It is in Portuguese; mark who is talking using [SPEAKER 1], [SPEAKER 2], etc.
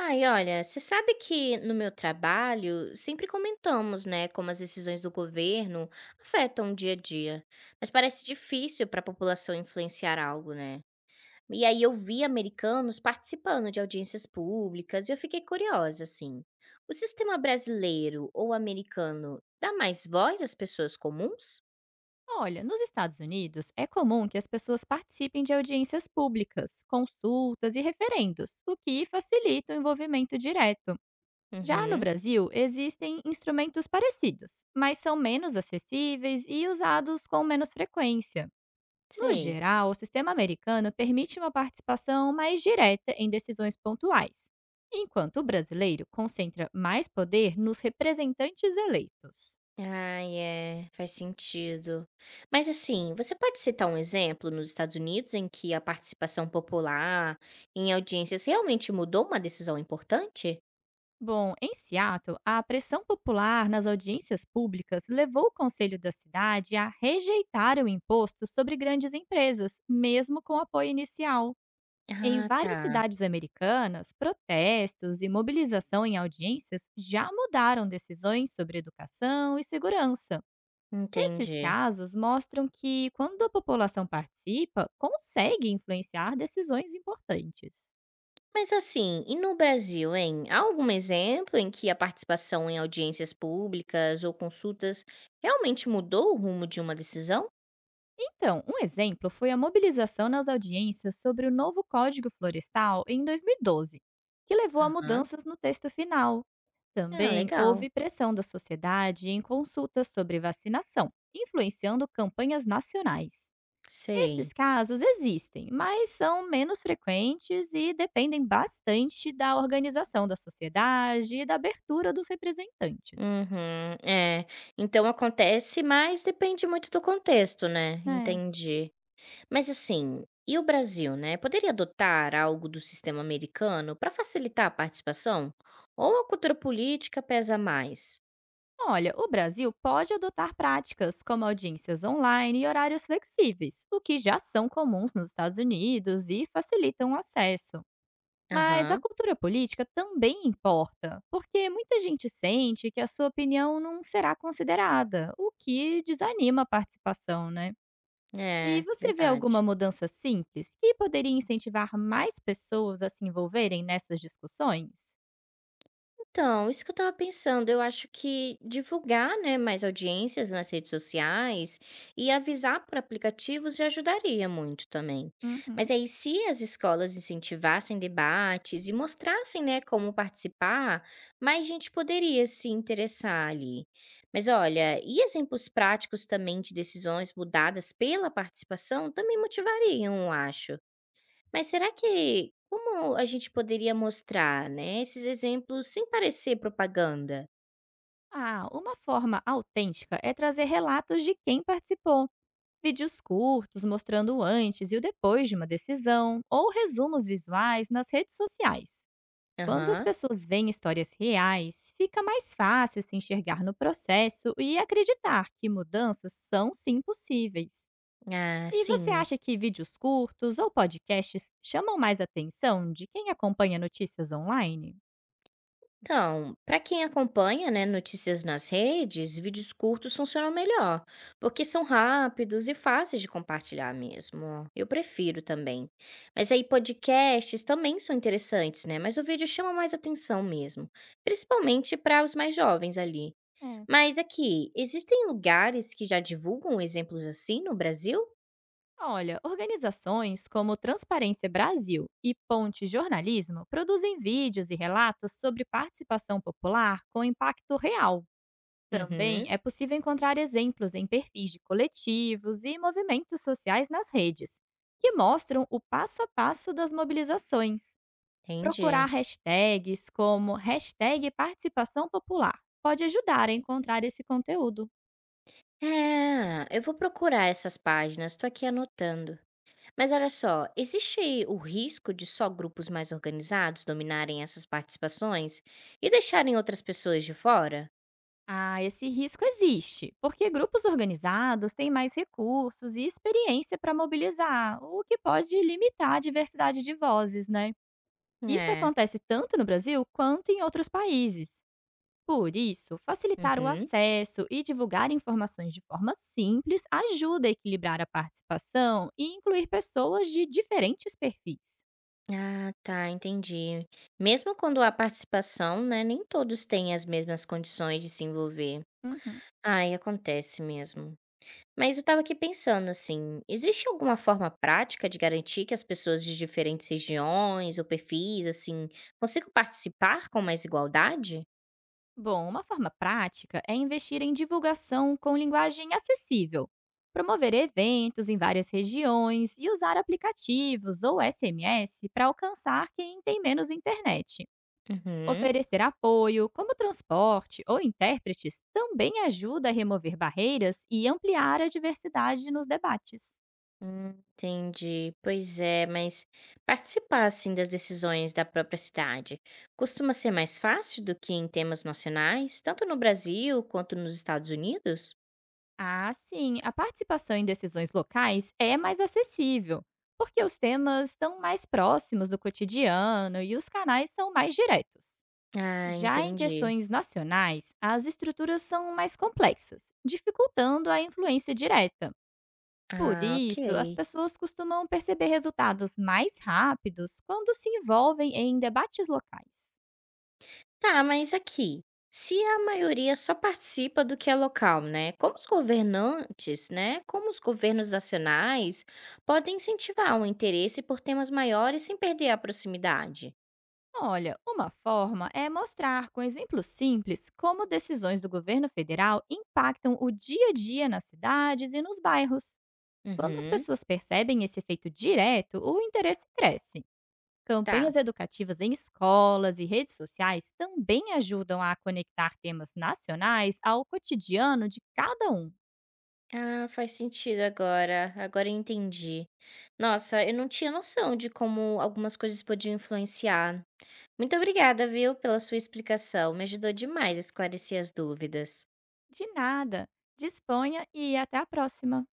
[SPEAKER 1] Ai, olha, você sabe que no meu trabalho sempre comentamos, né, como as decisões do governo afetam o dia a dia, mas parece difícil para a população influenciar algo, né? E aí eu vi americanos participando de audiências públicas e eu fiquei curiosa, assim. O sistema brasileiro ou americano dá mais voz às pessoas comuns?
[SPEAKER 2] Olha, nos Estados Unidos é comum que as pessoas participem de audiências públicas, consultas e referendos, o que facilita o envolvimento direto. Já no
[SPEAKER 1] Uhum,
[SPEAKER 2] Brasil, existem instrumentos parecidos, mas são menos acessíveis e usados com menos frequência. No
[SPEAKER 1] sei.
[SPEAKER 2] geral, o sistema americano permite uma participação mais direta em decisões pontuais, enquanto o brasileiro concentra mais poder nos representantes eleitos.
[SPEAKER 1] Ai, é, faz sentido. Mas assim, você pode citar um exemplo nos Estados Unidos em que a participação popular em audiências realmente mudou uma decisão importante?
[SPEAKER 2] Bom, em Seattle, a pressão popular nas audiências públicas levou o conselho da cidade a rejeitar o imposto sobre grandes empresas, mesmo com apoio inicial. Em
[SPEAKER 1] Ah,
[SPEAKER 2] várias
[SPEAKER 1] tá.
[SPEAKER 2] cidades americanas, protestos e mobilização em audiências já mudaram decisões sobre educação e segurança. Esses
[SPEAKER 1] Entendi.
[SPEAKER 2] casos mostram que, quando a população participa, consegue influenciar decisões importantes.
[SPEAKER 1] Mas assim, e no Brasil, hein? Há algum exemplo em que a participação em audiências públicas ou consultas realmente mudou o rumo de uma decisão?
[SPEAKER 2] Então, um exemplo foi a mobilização nas audiências sobre o novo Código Florestal em 2012, que levou a
[SPEAKER 1] Aham.
[SPEAKER 2] mudanças no texto final.
[SPEAKER 1] Ah,
[SPEAKER 2] Também
[SPEAKER 1] legal.
[SPEAKER 2] houve pressão da sociedade em consultas sobre vacinação, influenciando campanhas nacionais. Esses
[SPEAKER 1] Sei.
[SPEAKER 2] casos existem, mas são menos frequentes e dependem bastante da organização da sociedade e da abertura dos representantes.
[SPEAKER 1] Uhum, é. Então acontece, mas depende muito do contexto, né,
[SPEAKER 2] É.
[SPEAKER 1] entendi. Mas assim, e o Brasil, né, poderia adotar algo do sistema americano para facilitar a participação? Ou a cultura política pesa mais?
[SPEAKER 2] Olha, o Brasil pode adotar práticas como audiências online e horários flexíveis, o que já são comuns nos Estados Unidos e facilitam o acesso. Mas a
[SPEAKER 1] Aham,
[SPEAKER 2] cultura política também importa, porque muita gente sente que a sua opinião não será considerada, o que desanima a participação, né? E
[SPEAKER 1] é,
[SPEAKER 2] você vê alguma
[SPEAKER 1] verdade.
[SPEAKER 2] mudança simples que poderia incentivar mais pessoas a se envolverem nessas discussões?
[SPEAKER 1] Então, isso que eu estava pensando, eu acho que divulgar, né, mais audiências nas redes sociais e avisar para aplicativos já ajudaria muito também. Mas
[SPEAKER 2] Uhum.
[SPEAKER 1] aí, se as escolas incentivassem debates e mostrassem, né, como participar, mais gente poderia se interessar ali. Mas olha, e exemplos práticos também de decisões mudadas pela participação também motivariam, eu acho. Mas será que como a gente poderia mostrar, né, esses exemplos sem parecer propaganda?
[SPEAKER 2] Ah, uma forma autêntica é trazer relatos de quem participou, vídeos curtos mostrando o antes e o depois de uma decisão, ou resumos visuais nas redes sociais. Quando as
[SPEAKER 1] Aham.
[SPEAKER 2] pessoas veem histórias reais, fica mais fácil se enxergar no processo e acreditar que mudanças são sim possíveis.
[SPEAKER 1] Ah,
[SPEAKER 2] E você
[SPEAKER 1] sim.
[SPEAKER 2] acha que vídeos curtos ou podcasts chamam mais atenção de quem acompanha notícias online?
[SPEAKER 1] Então, para quem acompanha, né, notícias nas redes, vídeos curtos funcionam melhor, porque são rápidos e fáceis de compartilhar mesmo. Ó. Eu prefiro também. Mas aí podcasts também são interessantes, né? Mas o vídeo chama mais atenção mesmo, principalmente para os mais jovens ali.
[SPEAKER 2] É.
[SPEAKER 1] Mas aqui, existem lugares que já divulgam exemplos assim no Brasil?
[SPEAKER 2] Olha, organizações como Transparência Brasil e Ponte Jornalismo produzem vídeos e relatos sobre participação popular com impacto real. Também
[SPEAKER 1] Uhum,
[SPEAKER 2] é possível encontrar exemplos em perfis de coletivos e movimentos sociais nas redes, que mostram o passo a passo das mobilizações. Procurar
[SPEAKER 1] entendi.
[SPEAKER 2] hashtags como hashtag participação popular pode ajudar a encontrar esse conteúdo.
[SPEAKER 1] É, eu vou procurar essas páginas, tô aqui anotando. Mas olha só, existe o risco de só grupos mais organizados dominarem essas participações e deixarem outras pessoas de fora?
[SPEAKER 2] Ah, esse risco existe, porque grupos organizados têm mais recursos e experiência para mobilizar, o que pode limitar a diversidade de vozes, né? Isso
[SPEAKER 1] É.
[SPEAKER 2] acontece tanto no Brasil quanto em outros países. Por isso, facilitar o
[SPEAKER 1] Uhum.
[SPEAKER 2] acesso e divulgar informações de forma simples ajuda a equilibrar a participação e incluir pessoas de diferentes perfis.
[SPEAKER 1] Ah, tá, entendi. Mesmo quando há participação, né, nem todos têm as mesmas condições de se envolver.
[SPEAKER 2] Uhum.
[SPEAKER 1] Ai, acontece mesmo. Mas eu estava aqui pensando assim, existe alguma forma prática de garantir que as pessoas de diferentes regiões ou perfis, assim, consigam participar com mais igualdade?
[SPEAKER 2] Bom, uma forma prática é investir em divulgação com linguagem acessível, promover eventos em várias regiões e usar aplicativos ou SMS para alcançar quem tem menos internet.
[SPEAKER 1] Uhum.
[SPEAKER 2] Oferecer apoio, como transporte ou intérpretes, também ajuda a remover barreiras e ampliar a diversidade nos debates.
[SPEAKER 1] Entendi. Pois é, mas participar assim das decisões da própria cidade costuma ser mais fácil do que em temas nacionais, tanto no Brasil quanto nos Estados Unidos?
[SPEAKER 2] Ah, sim. A participação em decisões locais é mais acessível, porque os temas estão mais próximos do cotidiano e os canais são mais diretos.
[SPEAKER 1] Ah,
[SPEAKER 2] Já em
[SPEAKER 1] entendi.
[SPEAKER 2] questões nacionais, as estruturas são mais complexas, dificultando a influência direta. Por
[SPEAKER 1] Ah,
[SPEAKER 2] isso, as
[SPEAKER 1] ok.
[SPEAKER 2] pessoas costumam perceber resultados mais rápidos quando se envolvem em debates locais.
[SPEAKER 1] Tá, mas aqui, se a maioria só participa do que é local, né? Como os governantes, né? Como os governos nacionais podem incentivar o interesse por temas maiores sem perder a proximidade?
[SPEAKER 2] Olha, uma forma é mostrar com exemplos simples como decisões do governo federal impactam o dia a dia nas cidades e nos bairros. Quando as
[SPEAKER 1] Uhum,
[SPEAKER 2] pessoas percebem esse efeito direto, o interesse cresce.
[SPEAKER 1] tá.
[SPEAKER 2] Campanhas educativas em escolas e redes sociais também ajudam a conectar temas nacionais ao cotidiano de cada um.
[SPEAKER 1] Ah, faz sentido agora. Agora eu entendi. Nossa, eu não tinha noção de como algumas coisas podiam influenciar. Muito obrigada, viu, pela sua explicação. Me ajudou demais a esclarecer as dúvidas.
[SPEAKER 2] De nada. Disponha e até a próxima.